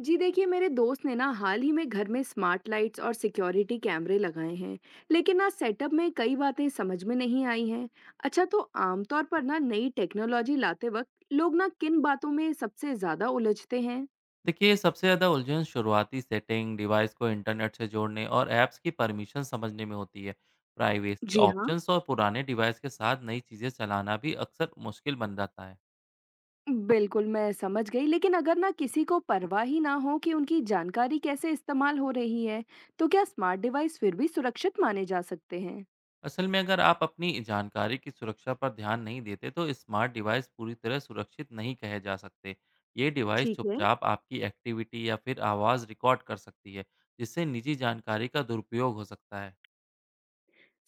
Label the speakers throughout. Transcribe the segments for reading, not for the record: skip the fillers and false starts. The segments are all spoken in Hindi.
Speaker 1: जी देखिए, मेरे दोस्त ने ना हाल ही में घर में स्मार्ट लाइट्स और सिक्योरिटी कैमरे लगाए हैं। लेकिन ना सेटअप में कई बातें समझ में नहीं आई हैं। अच्छा, तो आमतौर पर ना नई टेक्नोलॉजी लाते वक्त लोग ना किन बातों में सबसे ज्यादा उलझते हैं?
Speaker 2: देखिए, सबसे ज़्यादा उलझन शुरुआती सेटिंग, डिवाइस को इंटरनेट से जोड़ने और ऐप्स की परमिशन समझने में होती है। प्राइवेसी
Speaker 1: जी हाँ,
Speaker 2: ऑप्शंस और पुराने डिवाइस के साथ नई चीज़ें चलाना भी अक्सर मुश्किल बन जाता है।
Speaker 1: बिल्कुल, मैं समझ गई। लेकिन अगर ना किसी को परवाह ही ना हो कि उनकी जानकारी कैसे इस्तेमाल हो रही है, तो क्या स्मार्ट डिवाइस फिर भी सुरक्षित माने जा सकते हैं?
Speaker 2: असल में, अगर आप अपनी जानकारी की सुरक्षा पर ध्यान नहीं देते तो स्मार्ट डिवाइस पूरी तरह सुरक्षित नहीं कहे जा सकते। ये डिवाइस
Speaker 1: ठीक है।
Speaker 2: चुपचाप आपकी एक्टिविटी या फिर आवाज़ रिकॉर्ड कर सकती है, जिससे निजी जानकारी का दुरुपयोग हो सकता है।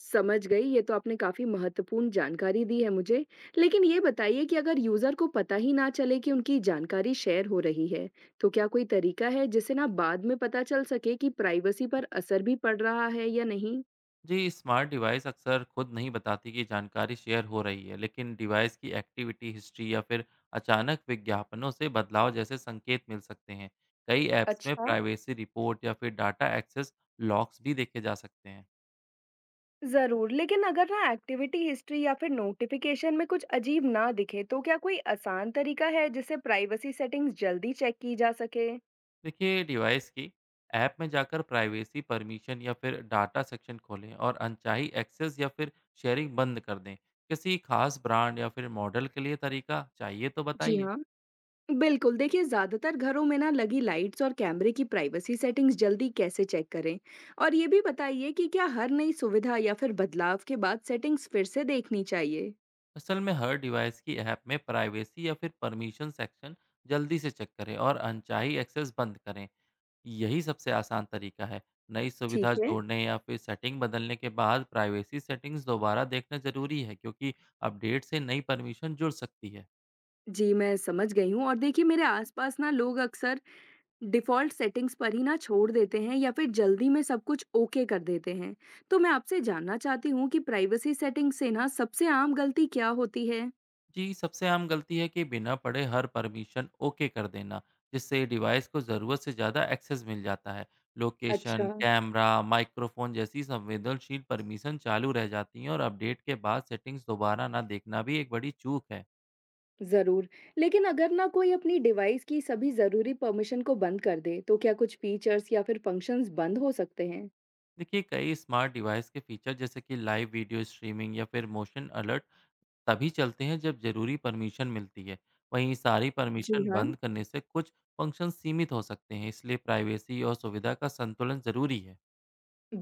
Speaker 1: समझ गई, ये तो आपने काफ़ी महत्वपूर्ण जानकारी दी है मुझे। लेकिन ये बताइए कि अगर यूज़र को पता ही ना चले कि उनकी जानकारी शेयर हो रही है, तो क्या कोई तरीका है जिससे ना बाद में पता चल सके कि प्राइवेसी पर असर भी पड़ रहा है या नहीं?
Speaker 2: जी, स्मार्ट डिवाइस अक्सर खुद नहीं बताती कि जानकारी शेयर हो रही है, लेकिन डिवाइस की एक्टिविटी हिस्ट्री या फिर अचानक विज्ञापनों से बदलाव जैसे संकेत मिल सकते हैं। कई ऐप्स में
Speaker 1: अच्छा।
Speaker 2: प्राइवेसी रिपोर्ट या फिर डाटा एक्सेस लॉक्स भी देखे जा सकते हैं।
Speaker 1: जरूर, लेकिन अगर ना एक्टिविटी हिस्ट्री या फिर नोटिफिकेशन में कुछ अजीब ना दिखे, तो क्या कोई आसान तरीका है जिससे प्राइवेसी सेटिंग्स जल्दी चेक की जा सके?
Speaker 2: देखिए, डिवाइस की ऐप में जाकर प्राइवेसी परमिशन या फिर डाटा सेक्शन खोलें और अनचाही एक्सेस या फिर शेयरिंग बंद कर दें। किसी खास ब्रांड या फिर मॉडल के लिए तरीका चाहिए तो
Speaker 1: जी
Speaker 2: बताइए।
Speaker 1: हाँ, बिल्कुल। देखिए, ज़्यादातर घरों में ना लगी लाइट्स और कैमरे की प्राइवेसी सेटिंग्स जल्दी कैसे चेक करें? और ये भी बताइए कि क्या हर नई सुविधा या फिर बदलाव के बाद सेटिंग्स फिर से देखनी चाहिए?
Speaker 2: असल में, हर डिवाइस की ऐप में प्राइवेसी या फिर परमिशन सेक्शन जल्दी से चेक करें और अनचाही एक्सेस बंद करें। यही सबसे आसान तरीका है। नई सुविधा
Speaker 1: ठीक है।
Speaker 2: जोड़ने या फिर सेटिंग बदलने के बाद प्राइवेसी सेटिंग्स दोबारा देखना जरूरी है, क्योंकि अपडेट से नई परमिशन जुड़ सकती है।
Speaker 1: जी, मैं समझ गई हूँ। और देखिए, मेरे आसपास ना लोग अक्सर डिफ़ॉल्ट सेटिंग्स पर ही ना छोड़ देते हैं या फिर जल्दी में सब कुछ ओके कर देते हैं। तो मैं आपसे जानना चाहती हूँ कि प्राइवेसी सेटिंग से ना सबसे आम गलती क्या होती है?
Speaker 2: जी, सबसे आम गलती है कि बिना पढ़े हर परमिशन ओके कर देना, जिससे डिवाइस को ज़रूरत से ज़्यादा एक्सेस मिल जाता है।
Speaker 1: अच्छा।
Speaker 2: लोकेशन, कैमरा, माइक्रोफोन जैसी संवेदनशील परमिशन चालू रह जाती हैं, और अपडेट के बाद सेटिंग्स दोबारा ना देखना भी एक बड़ी चूक है।
Speaker 1: ज़रूर, लेकिन अगर ना कोई अपनी डिवाइस की सभी ज़रूरी परमिशन को बंद कर दे, तो क्या कुछ फीचर्स या फिर फंक्शंस बंद हो सकते हैं?
Speaker 2: देखिए, कई स्मार्ट डिवाइस के फीचर जैसे कि लाइव वीडियो स्ट्रीमिंग या फिर मोशन अलर्ट तभी चलते हैं जब ज़रूरी परमिशन मिलती है। वहीं सारी
Speaker 1: जी
Speaker 2: परमिशन
Speaker 1: हाँ,
Speaker 2: बंद करने से कुछ फंक्शन सीमित हो सकते हैं, इसलिए प्राइवेसी और सुविधा का संतुलन ज़रूरी है।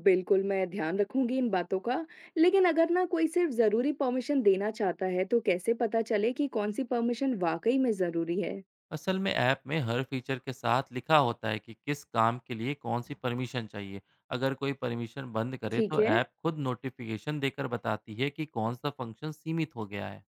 Speaker 1: बिल्कुल, मैं ध्यान रखूंगी इन बातों का। लेकिन अगर ना कोई सिर्फ ज़रूरी परमिशन देना चाहता है, तो कैसे पता चले कि कौन सी परमिशन वाकई में ज़रूरी है?
Speaker 2: असल में, ऐप में हर फीचर के साथ लिखा होता है कि किस काम के लिए कौन सी परमिशन चाहिए। अगर कोई परमिशन बंद करे
Speaker 1: ठीक
Speaker 2: तो
Speaker 1: है।
Speaker 2: ऐप खुद नोटिफिकेशन देकर बताती है कि कौन सा फंक्शन सीमित हो गया है।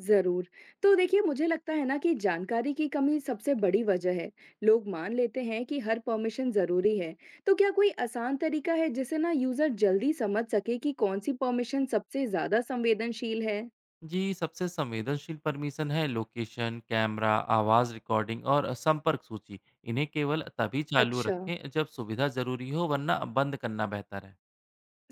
Speaker 1: ज़रूर। तो देखिए, मुझे लगता है ना कि जानकारी की कमी सबसे बड़ी वजह है। लोग मान लेते हैं कि हर परमिशन ज़रूरी है। तो क्या कोई आसान तरीका है जिससे ना यूज़र जल्दी समझ सके कि कौन-सी परमिशन सबसे ज़्यादा संवेदनशील है?
Speaker 2: जी, सबसे संवेदनशील परमिशन है लोकेशन, कैमरा, आवाज़ रिकॉर्डिंग और संपर्क सूची। इन्हें केवल तभी चालू
Speaker 1: अच्छा,
Speaker 2: रखें जब सुविधा ज़रूरी हो, वरना बंद करना बेहतर है।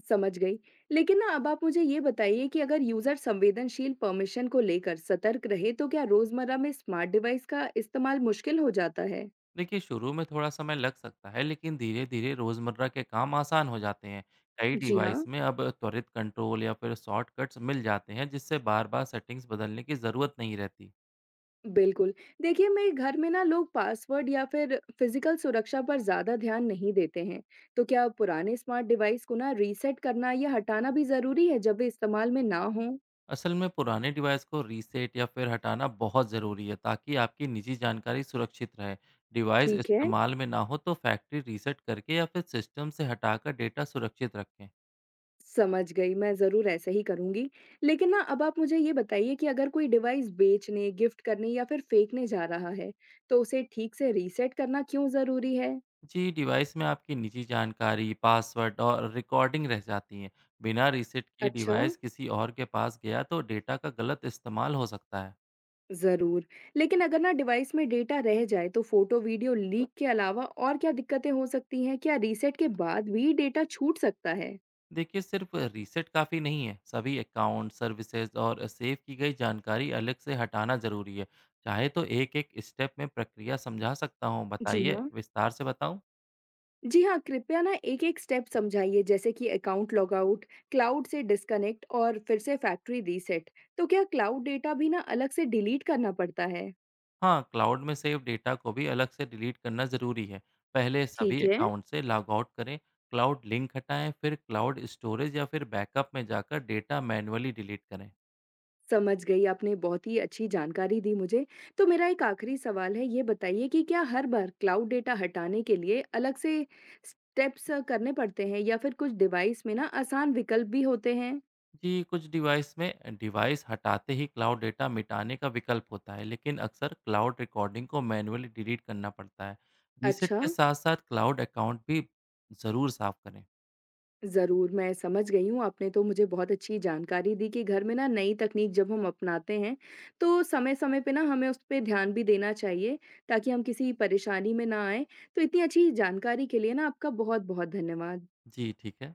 Speaker 1: समझ गई। लेकिन ना अब आप मुझे ये बताइए कि अगर यूज़र संवेदनशील परमिशन को लेकर सतर्क रहे, तो क्या रोज़मर्रा में स्मार्ट डिवाइस का इस्तेमाल मुश्किल हो जाता है?
Speaker 2: देखिए, शुरू में थोड़ा समय लग सकता है, लेकिन धीरे धीरे रोज़मर्रा के काम आसान हो जाते हैं। कई
Speaker 1: जी हाँ,
Speaker 2: डिवाइस में अब त्वरित कंट्रोल या फिर शॉर्टकट्स मिल जाते हैं, जिससे बार बार सेटिंग्स बदलने की ज़रूरत नहीं रहती।
Speaker 1: बिल्कुल। देखिए, मेरे घर में ना लोग पासवर्ड या फिर फ़िज़िकल सुरक्षा पर ज़्यादा ध्यान नहीं देते हैं। तो क्या पुराने स्मार्ट डिवाइस को ना रीसेट करना या हटाना भी ज़रूरी है जब वे इस्तेमाल में ना हों?
Speaker 2: असल में, पुराने डिवाइस को रीसेट या फिर हटाना बहुत ज़रूरी है, ताकि आपकी निजी जानकारी सुरक्षित रहे। डिवाइस
Speaker 1: ठीक है,
Speaker 2: इस्तेमाल में ना हो तो फैक्ट्री रीसेट करके या फिर सिस्टम से हटाकर डेटा सुरक्षित रखें।
Speaker 1: समझ गई, मैं ज़रूर ऐसे ही करूँगी। लेकिन ना अब आप मुझे ये बताइए कि अगर कोई डिवाइस बेचने, गिफ्ट करने या फिर फेंकने जा रहा है, तो उसे ठीक से रीसेट करना क्यों ज़रूरी है?
Speaker 2: जी, डिवाइस में आपकी निजी जानकारी, पासवर्ड और रिकॉर्डिंग रह जाती हैं। बिना रीसेट के
Speaker 1: अच्छा।
Speaker 2: डिवाइस किसी और के पास गया तो डेटा का गलत इस्तेमाल हो सकता है।
Speaker 1: ज़रूर, लेकिन अगर ना डिवाइस में डेटा रह जाए, तो फ़ोटो, वीडियो लीक के अलावा और क्या दिक्कतें हो सकती हैं? क्या रीसेट के बाद भी डेटा छूट सकता है?
Speaker 2: देखिए, सिर्फ रीसेट काफ़ी नहीं है। सभी अकाउंट, सर्विसेज और सेव की गई जानकारी अलग से हटाना ज़रूरी है। चाहे तो एक-एक स्टेप में प्रक्रिया समझा सकता हूँ।
Speaker 1: जी
Speaker 2: बताइए,
Speaker 1: हाँ।
Speaker 2: विस्तार से बताऊँ?
Speaker 1: जी हाँ, कृपया ना एक-एक स्टेप समझाइए जैसे कि अकाउंट लॉगआउट, क्लाउड से डिस्कनेक्ट और फिर से फैक्ट्री रीसेट। तो क्या क्लाउड डेटा भी ना अलग से डिलीट करना पड़ता है?
Speaker 2: हाँ, क्लाउड में सेव डेटा को भी अलग से डिलीट करना ज़रूरी है। पहले सभी
Speaker 1: ठीक है।
Speaker 2: अकाउंट से लॉग आउट करें, क्लाउड लिंक हटाएँ, फिर क्लाउड स्टोरेज या फिर बैकअप में जाकर डेटा मैन्युअली डिलीट करें।
Speaker 1: समझ गई, आपने बहुत ही अच्छी जानकारी दी मुझे। तो मेरा एक आखिरी सवाल है, ये बताइए कि क्या हर बार क्लाउड डेटा हटाने के लिए अलग से स्टेप्स करने पड़ते हैं या फिर कुछ डिवाइस में ना आसान विकल्प भी होते हैं?
Speaker 2: जी, कुछ डिवाइस में डिवाइस हटाते ही क्लाउड डेटा मिटाने का विकल्प होता है, लेकिन अक्सर क्लाउड रिकॉर्डिंग को मैन्युअली डिलीट करना पड़ता है। रीसेट
Speaker 1: अच्छा,
Speaker 2: के साथ-साथ क्लाउड अकाउंट भी ज़रूर साफ़ करें।
Speaker 1: ज़रूर, मैं समझ गई हूँ। आपने तो मुझे बहुत अच्छी जानकारी दी कि घर में ना नई तकनीक जब हम अपनाते हैं, तो समय-समय पे ना हमें उस पे ध्यान भी देना चाहिए ताकि हम किसी परेशानी में ना आएँ। तो इतनी अच्छी जानकारी के लिए ना आपका बहुत-बहुत धन्यवाद।
Speaker 2: जी, ठीक है।